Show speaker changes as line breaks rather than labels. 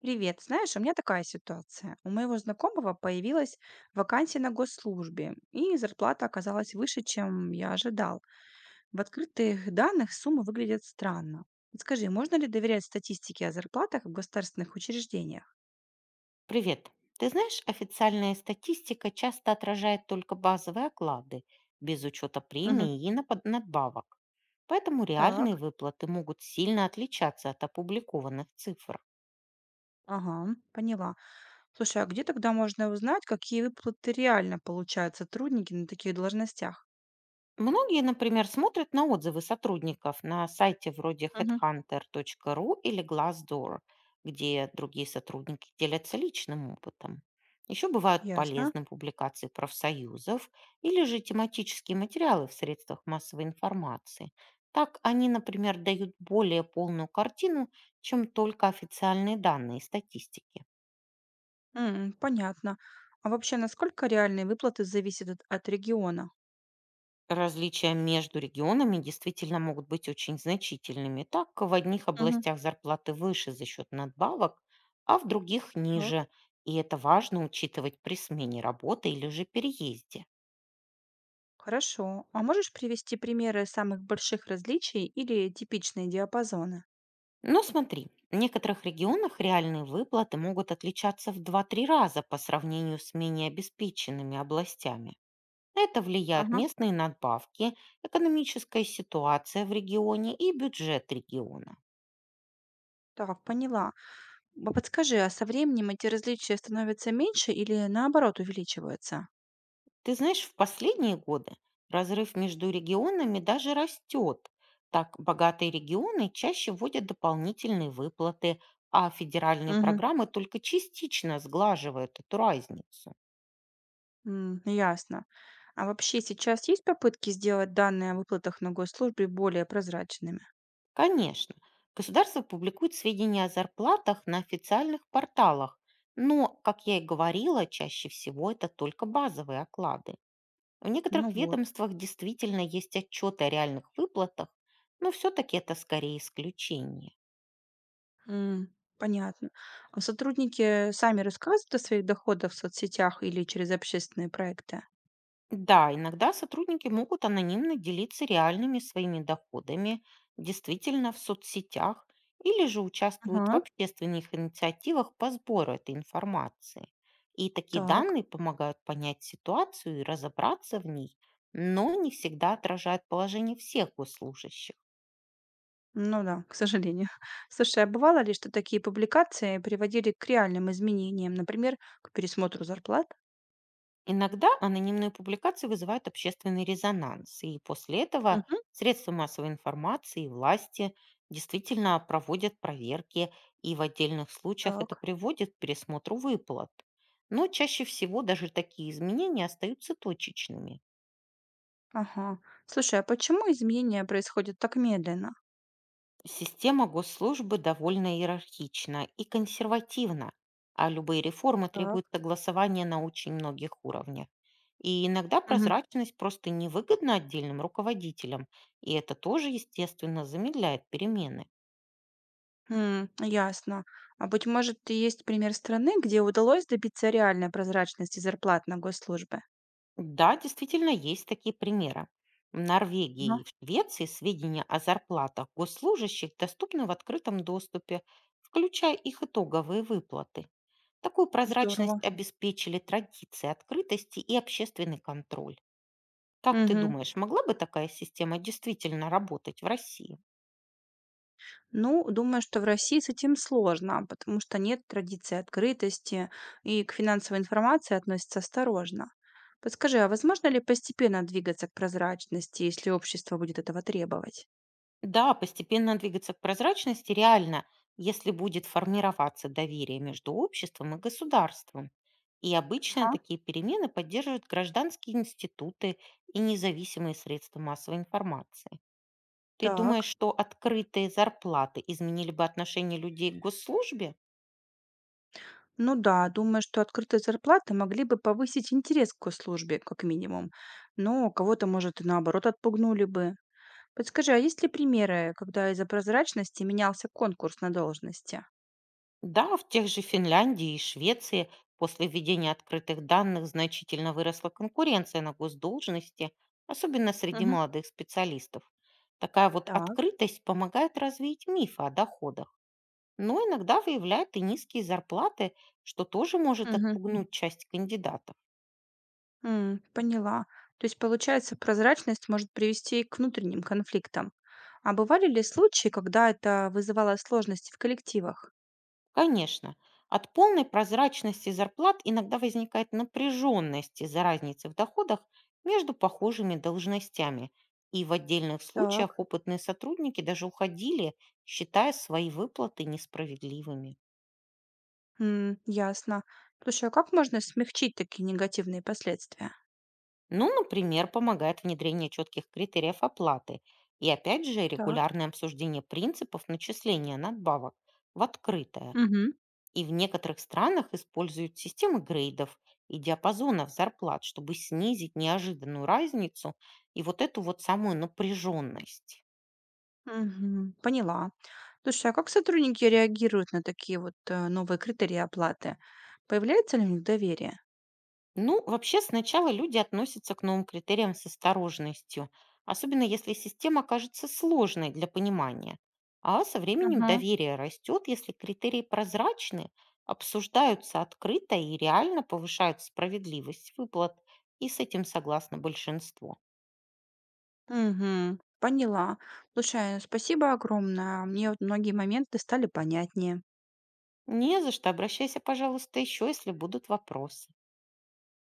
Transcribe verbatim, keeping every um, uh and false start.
Привет. Знаешь, у меня такая ситуация. У моего знакомого появилась вакансия на госслужбе, и зарплата оказалась выше, чем я ожидал. В открытых данных сумма выглядит странно. Вот Скажи, можно ли доверять статистике о зарплатах в государственных учреждениях?
Привет. Ты знаешь, официальная статистика часто отражает только базовые оклады, без учета
Мгм.
премий и напод- надбавок. Поэтому реальные
Так,
выплаты могут сильно отличаться от опубликованных цифр.
ага, поняла. Слушай, а где тогда можно узнать, какие выплаты реально получают сотрудники на таких должностях?
Многие, например, смотрят на отзывы сотрудников на сайте вроде
Мгм.
хэдхантер точка ру или глассдор, где другие сотрудники делятся личным опытом. Еще бывают
Ясно.
полезны публикации профсоюзов или же тематические материалы в средствах массовой информации. Так они, например, дают более полную картину, чем только официальные данные и статистики.
М, понятно. А вообще, насколько реальные выплаты зависят от от региона?
Различия между регионами действительно могут быть очень значительными. Так, в одних областях зарплаты выше за счет надбавок, а в других
Так,
ниже. И это важно учитывать при смене работы или же переезде.
хорошо. А можешь привести примеры самых больших различий или типичные диапазоны?
Но смотри, в некоторых регионах реальные выплаты могут отличаться в два-три раза по сравнению с менее обеспеченными областями. На это влияют
Ага,
местные надбавки, экономическая ситуация в регионе и бюджет региона.
так, поняла. А Подскажи, а со временем эти различия становятся меньше или наоборот увеличиваются?
Ты знаешь, в последние годы разрыв между регионами даже растет. Так богатые регионы чаще вводят дополнительные выплаты, а федеральные
Угу.
программы только частично сглаживают эту разницу.
Ясно. А вообще сейчас есть попытки сделать данные о выплатах на госслужбе более прозрачными?
Конечно, государство публикует сведения о зарплатах на официальных порталах, но, как я и говорила, чаще всего это только базовые оклады. В
Ну
некоторых
вот.
ведомствах действительно есть отчеты о реальных выплатах, но все-таки это скорее исключение.
М, понятно. А сотрудники сами рассказывают о своих доходах в соцсетях или через общественные проекты?
Да, иногда сотрудники могут анонимно делиться реальными своими доходами, действительно в соцсетях, или же участвуют в
Ага.
общественных инициативах по сбору этой информации. И такие
Так.
данные помогают понять ситуацию и разобраться в ней, но не всегда отражают положение всех госслужащих.
Ну да, к сожалению. Слушай, а бывало ли, что такие публикации приводили к реальным изменениям, например, к пересмотру зарплат?
Иногда анонимные публикации вызывают общественный резонанс, и после этого
Мгм.
средства массовой информации и власти действительно проводят проверки, и в отдельных случаях это
Так,
приводит к пересмотру выплат. Но чаще всего даже такие изменения остаются точечными.
ага. Слушай, а почему изменения происходят так медленно?
Система госслужбы довольно иерархична и консервативна, а любые реформы
Так.
требуют согласования на очень многих уровнях. И иногда
Мгм.
прозрачность просто невыгодна отдельным руководителям, и это тоже, естественно, замедляет перемены.
М, ясно. А быть может, и есть пример страны, где удалось добиться реальной прозрачности зарплат на госслужбе?
Да, действительно, есть такие примеры. В Норвегии
Ага,
и в Швеции сведения о зарплатах госслужащих доступны в открытом доступе, включая их итоговые выплаты. Такую прозрачность
здорово.
обеспечили традиции открытости и общественный контроль. Как ты
Мгм.
думаешь, могла бы такая система действительно работать в России?
Ну, думаю, что в России с этим сложно, потому что нет традиции открытости и к финансовой информации относятся осторожно. Подскажи, а возможно ли постепенно двигаться к прозрачности, если общество будет этого требовать?
Да, постепенно двигаться к прозрачности реально, если будет формироваться доверие между обществом и государством. И обычно
Ага,
такие перемены поддерживают гражданские институты и независимые средства массовой информации. Ты думаешь,
так.
что открытые зарплаты изменили бы отношение людей к госслужбе?
Ну да, думаю, что открытые зарплаты могли бы повысить интерес к службе как минимум. Но кого-то, может, и наоборот отпугнули бы. Подскажи, а есть ли примеры, когда из-за прозрачности менялся конкурс на должности?
Да, в тех же Финляндии и Швеции после введения открытых данных значительно выросла конкуренция на госдолжности, особенно среди
Мгм.
молодых специалистов. Такая вот
Так.
открытость помогает развить мифы о доходах, но иногда выявляет и низкие зарплаты, что тоже может
Мгм.
отпугнуть часть кандидатов.
М, поняла. То есть, получается, прозрачность может привести к внутренним конфликтам. А бывали ли случаи, когда это вызывало сложности в коллективах?
Конечно, от полной прозрачности зарплат иногда возникает напряженность из-за разницы в доходах между похожими должностями. И в отдельных
Так.
случаях опытные сотрудники даже уходили, считая свои выплаты несправедливыми.
М, ясно. Слушай, а как можно смягчить такие негативные последствия?
Ну, например, помогает внедрение четких критериев оплаты и, опять же,
Так.
регулярное обсуждение принципов начисления надбавок в открытое.
Мгм.
И в некоторых странах используют системы грейдов и диапазонов зарплат, чтобы снизить неожиданную разницу и вот эту вот самую напряженность.
Мгм. Поняла. Слушай, а как сотрудники реагируют на такие вот э, новые критерии оплаты? Появляется ли у них доверие?
Ну, вообще сначала люди относятся к новым критериям с осторожностью, особенно если система кажется сложной для понимания. А со временем
Мгм.
доверие растет, если критерии прозрачны, обсуждаются открыто и реально повышают справедливость выплат, и с этим согласно большинство.
Мгм. Поняла. Слушай, спасибо огромное. Мне вот многие моменты стали понятнее.
Не за что. Обращайся, пожалуйста, еще, если будут вопросы.